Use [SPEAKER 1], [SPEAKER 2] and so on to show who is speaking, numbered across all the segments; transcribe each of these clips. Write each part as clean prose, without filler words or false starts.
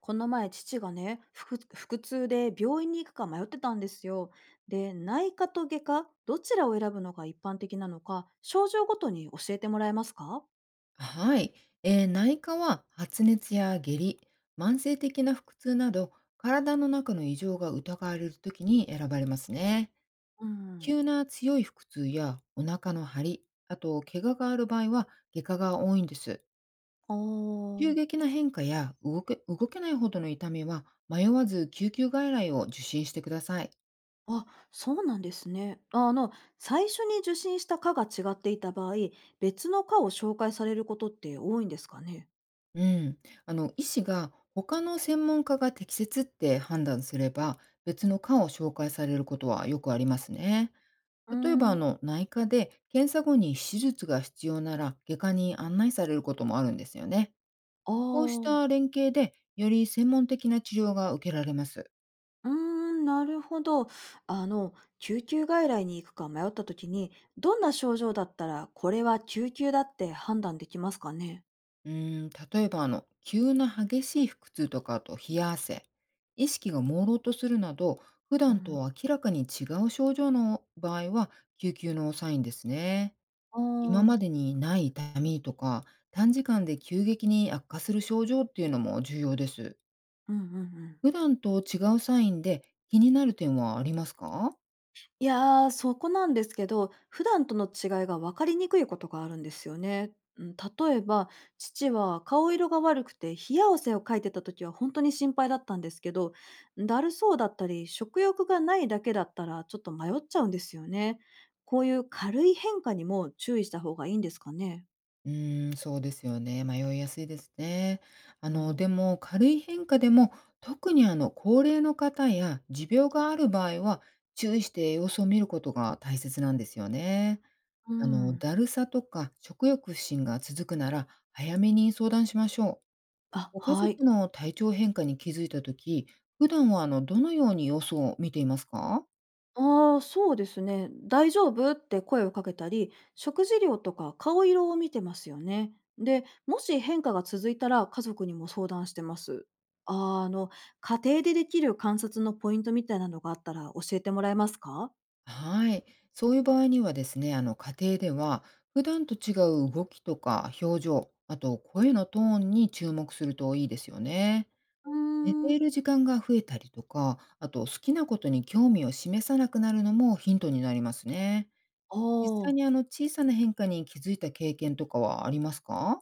[SPEAKER 1] この前、父がね、腹痛で病院に行くか迷ってたんですよ。で、内科と外科、どちらを選ぶのが一般的なのか、症状ごとに教えてもらえますか？
[SPEAKER 2] はい、内科は発熱や下痢、慢性的な腹痛など体の中の異常が疑われるときに選ばれますね。
[SPEAKER 1] うん、
[SPEAKER 2] 急な強い腹痛やお腹の張り、あと怪我がある場合は外科が多いんです。
[SPEAKER 1] あ
[SPEAKER 2] 急
[SPEAKER 1] ー
[SPEAKER 2] 激な変化や動けないほどの痛みは迷わず救急外来を受診してください。
[SPEAKER 1] あ、そうなんですね。あの、最初に受診した科が違っていた場合、別の科を紹介されることって多いんですかね？
[SPEAKER 2] うん、医師が他の専門家が適切って判断すれば別の科を紹介されることはよくありますね。
[SPEAKER 1] うー
[SPEAKER 2] 例えば
[SPEAKER 1] ん、
[SPEAKER 2] 内科で検査後に手術が必要なら外科に案内されることもあるんですよね。
[SPEAKER 1] あ
[SPEAKER 2] こうし
[SPEAKER 1] あ
[SPEAKER 2] た
[SPEAKER 1] ー。
[SPEAKER 2] 連携でより専門的な治療が受けられます。
[SPEAKER 1] うーん、なるほど。あの、救急外来に行くか迷った時に、どんな症状だったら、これは救急だって判断できますかね？
[SPEAKER 2] うーん、例えば急な激しい腹痛とか、あと冷や汗、意識が朦朧とするなど、普
[SPEAKER 1] う
[SPEAKER 2] 段
[SPEAKER 1] ん、
[SPEAKER 2] と明らかに違う症状の場合は救急のサインですね。
[SPEAKER 1] ああ、
[SPEAKER 2] 今
[SPEAKER 1] う
[SPEAKER 2] ま
[SPEAKER 1] ん
[SPEAKER 2] でにない痛みとか短時間で急激に悪化する症状っていうのも重要です。
[SPEAKER 1] うんうん。
[SPEAKER 2] 普段と違うサインで気になる点はありますか？
[SPEAKER 1] いやー、そこなんですけど、普段との違いが分かりにくいことがあるんですよね。うん、例えば、父は顔色が悪くて冷や汗をかいてた時は本当に心配だったんですけど、だるそうだったり、食欲がないだけだったらちょっと迷っちゃうんですよね。こういう軽い変化にも注意した方がいいんですかね？
[SPEAKER 2] うーん、そうですよね。迷いやすいですね。
[SPEAKER 1] うん。
[SPEAKER 2] でも軽い変化でも、特に高齢の方や持病がある場合は、注意して様子を見ることが大切なんですよね。
[SPEAKER 1] うん。
[SPEAKER 2] だるさとか食欲不振が続くなら、早めに相談しましょ
[SPEAKER 1] あ、
[SPEAKER 2] う。ご家
[SPEAKER 1] はい。
[SPEAKER 2] 族の体調変化に気づいた時、普段はどのように様子を見ていますか？
[SPEAKER 1] ああ、そうですね。大丈夫って声をかけたり、食事量とか顔色を見てますよね。で、もし変化が続いたら家族にも相談してます。あー、あの、家庭でできる観察のポイントみたいなのがあったら教えてもらえますか？
[SPEAKER 2] はい。そういう場合にはですね、家庭では普段と違う動きとか表情、あと声のトーンに注目するといいですよね。
[SPEAKER 1] うー
[SPEAKER 2] 寝て
[SPEAKER 1] ん、
[SPEAKER 2] いる時間が増えたりとか、あと好きなことに興味を示さなくなるのもヒントになりますね。
[SPEAKER 1] あ
[SPEAKER 2] 実際
[SPEAKER 1] あー。
[SPEAKER 2] に小さな変化に気づいた経験とかはありますか？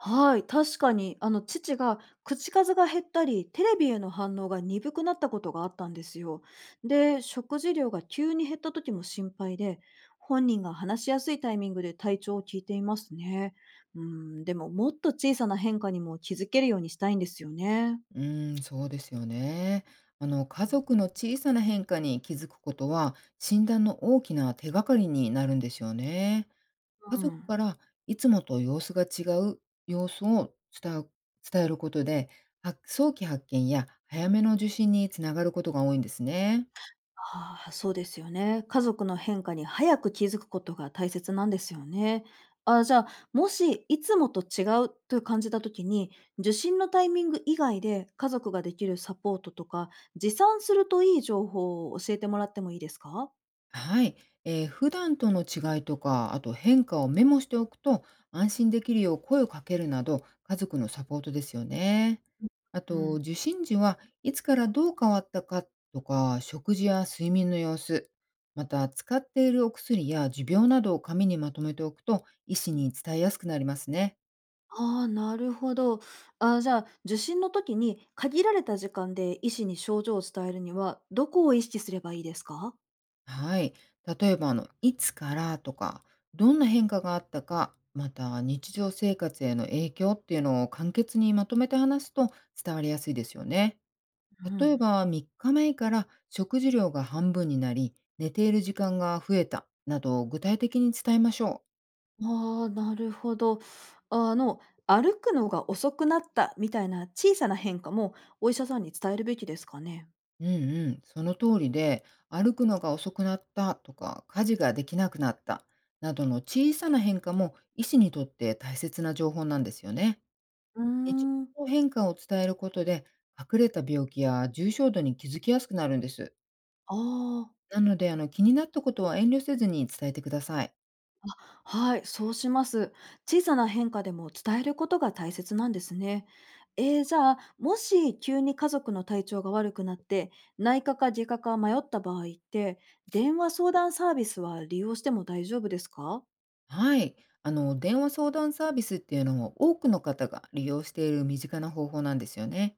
[SPEAKER 1] はい、確かに、あの、父が口数が減ったり、テレビへの反応が鈍くなったことがあったんですよ。で、食事量が急に減った時も心配で、本人が話しやすいタイミングで体調を聞いていますね。うん、でももっと小さな変化にも気づけるようにしたいんですよね。
[SPEAKER 2] うーん、そうですよね。家族の小さな変化に気づくことは診断の大きな手がかりになるんですよね。家
[SPEAKER 1] う
[SPEAKER 2] 族
[SPEAKER 1] ん。
[SPEAKER 2] からいつもと様子が違う様子を伝う伝えることで、は早期発見や早めの受診につながることが多いんですね。
[SPEAKER 1] ああ、そうですよね。家族の変化に早く気づくことが大切なんですよね。あ、じゃあ、もしいつもと違うと感じた時に、受診のタイミング以外で家族ができるサポートとか、持参するといい情報を教えてもらってもいいですか？
[SPEAKER 2] はい、普段との違いとか、あと変化をメモしておくと、安心できるよう声をかけるなど、家族のサポートですよね。あ
[SPEAKER 1] う
[SPEAKER 2] と、
[SPEAKER 1] ん、
[SPEAKER 2] 受診時はいつからどう変わったかとか、食事や睡眠の様子、また使っているお薬や持病などを紙にまとめておくと、医師に伝えやすくなりますね。
[SPEAKER 1] ああ、なるほど。あ、じゃあ、受診の時に限られた時間で医師に症状を伝えるには、どこを意識すればいいですか？
[SPEAKER 2] はい。例えば、いつからとか、どんな変化があったか、また日常生活への影響っていうのを簡潔にまとめて話すと伝わりやすいですよね。
[SPEAKER 1] う
[SPEAKER 2] 例え
[SPEAKER 1] ん、
[SPEAKER 2] ば、3日前から食事量が半分になり、寝ている時間が増えたなど、具体的に伝えましょう。
[SPEAKER 1] ああ、なるほど。あの、歩くのが遅くなったみたいな小さな変化も、お医者さんに伝えるべきですかね？
[SPEAKER 2] うんうん、その通りで、歩くのが遅くなったとか、家事ができなくなったなどの小さな変化も医師にとって大切な情報なんですよね。
[SPEAKER 1] うー
[SPEAKER 2] 日
[SPEAKER 1] ん。
[SPEAKER 2] 常の変化を伝えることで、隠れた病気や重症度に気づきやすくなるんです。
[SPEAKER 1] ああ、
[SPEAKER 2] なので、気になったことは遠慮せずに伝えてください。
[SPEAKER 1] はい、そうします。小さな変化でも伝えることが大切なんですね。えー、じゃあ、もし急に家族の体調が悪くなって、内科か外科か迷った場合って、電話相談サービスは利用しても大丈夫ですか？
[SPEAKER 2] はい。電話相談サービスっていうのも多くの方が利用している身近な方法なんですよね。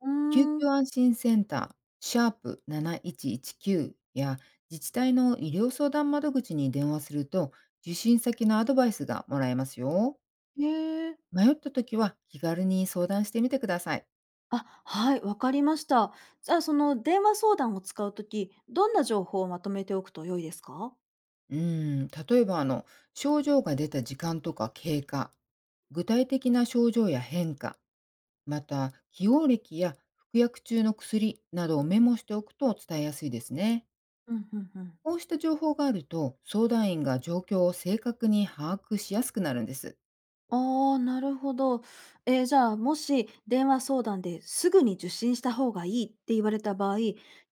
[SPEAKER 1] う
[SPEAKER 2] 救
[SPEAKER 1] ーん。
[SPEAKER 2] 急安心センター、シャープ7119や自治体の医療相談窓口に電話すると、受診先のアドバイスがもらえますよ。
[SPEAKER 1] へえ。
[SPEAKER 2] 迷った時は気軽に相談してみてください。
[SPEAKER 1] あ、はい、わかりました。じゃあ、その電話相談を使うとき、どんな情報をまとめておくと良いですか？
[SPEAKER 2] うーん、例えば症状が出た時間とか経過、具体的な症状や変化、また起用歴や服薬中の薬などをメモしておくと伝えやすいですね。
[SPEAKER 1] うんうんうん。
[SPEAKER 2] こうした情報があると、相談員が状況を正確に把握しやすくなるんです。
[SPEAKER 1] ああ、なるほど。えー、じゃあ、もし電話相談ですぐに受診した方がいいって言われた場合、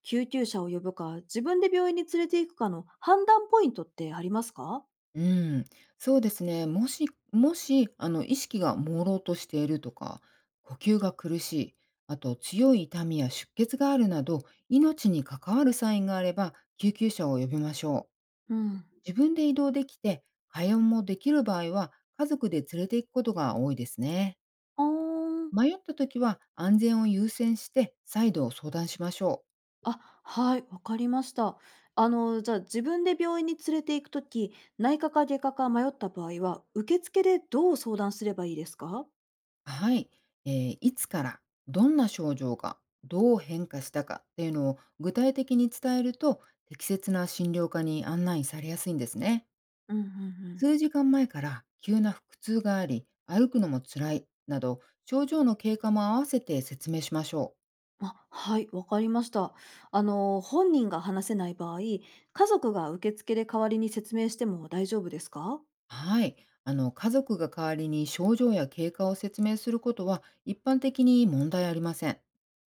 [SPEAKER 1] 救急車を呼ぶか、自分で病院に連れて行くかの判断ポイントってありますか？
[SPEAKER 2] うん、そうですね。もし、意識が朦朧としているとか、呼吸が苦しい、あと強い痛みや出血があるなど、命に関わるサインがあれば、救急車を呼びましょう。
[SPEAKER 1] うん。
[SPEAKER 2] 自分で移動できて、会話もできる場合は、家族で連れて行くことが多いですね。
[SPEAKER 1] ああー、
[SPEAKER 2] 迷った時は、安全を優先して、再度相談しましょう。
[SPEAKER 1] あ、はい、わかりました。あの、じゃあ自分で病院に連れて行くとき、内科か外科か迷った場合は、受付でどう相談すればいいですか？
[SPEAKER 2] はい、いつからどんな症状がどう変化したかっていうのを具体的に伝えると適切な診療科に案内されやすいんですね。
[SPEAKER 1] うんうんうん、
[SPEAKER 2] 数時間前から急な腹痛があり歩くのも辛いなど症状の経過も合わせて説明しましょう。
[SPEAKER 1] あ、はい、わかりました。あの、本人が話せない場合、家族が受付で代わりに説明しても大丈夫ですか？
[SPEAKER 2] はい、家族が代わりに症状や経過を説明することは一般的に問題ありません。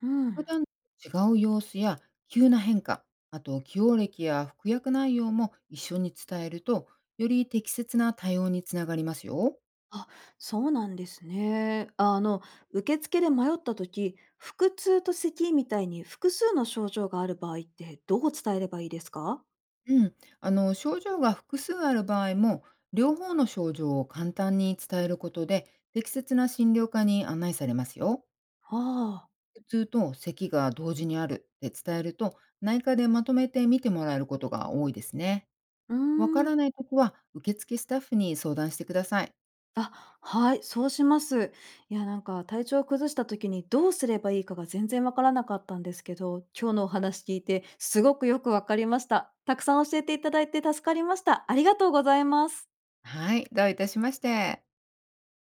[SPEAKER 1] う
[SPEAKER 2] 普
[SPEAKER 1] ん、
[SPEAKER 2] 段と違う様子や急な変化、あと起用歴や服薬内容も一緒に伝えると、より適切な対応につながりますよ。
[SPEAKER 1] あ、そうなんですね。あの、受付で迷ったとき、腹痛と咳みたいに複数の症状がある場合ってどう伝えればいいですか？
[SPEAKER 2] うん、症状が複数ある場合も、両方の症状を簡単に伝えることで、適切な診療科に案内されますよ。
[SPEAKER 1] ああ。
[SPEAKER 2] 普通と咳が同時にあるって伝えると、内科でまとめて見てもらえることが多いですね。
[SPEAKER 1] うー
[SPEAKER 2] わから
[SPEAKER 1] ん。
[SPEAKER 2] ないときは、受付スタッフに相談してください。
[SPEAKER 1] あ、はい、そうします。いや、なんか体調を崩した時にどうすればいいかが全然わからなかったんですけど、今日のお話聞いてすごくよくわかりました。たくさん教えていただいて助かりました。ありがとうございます。
[SPEAKER 2] はい、どういたしまして。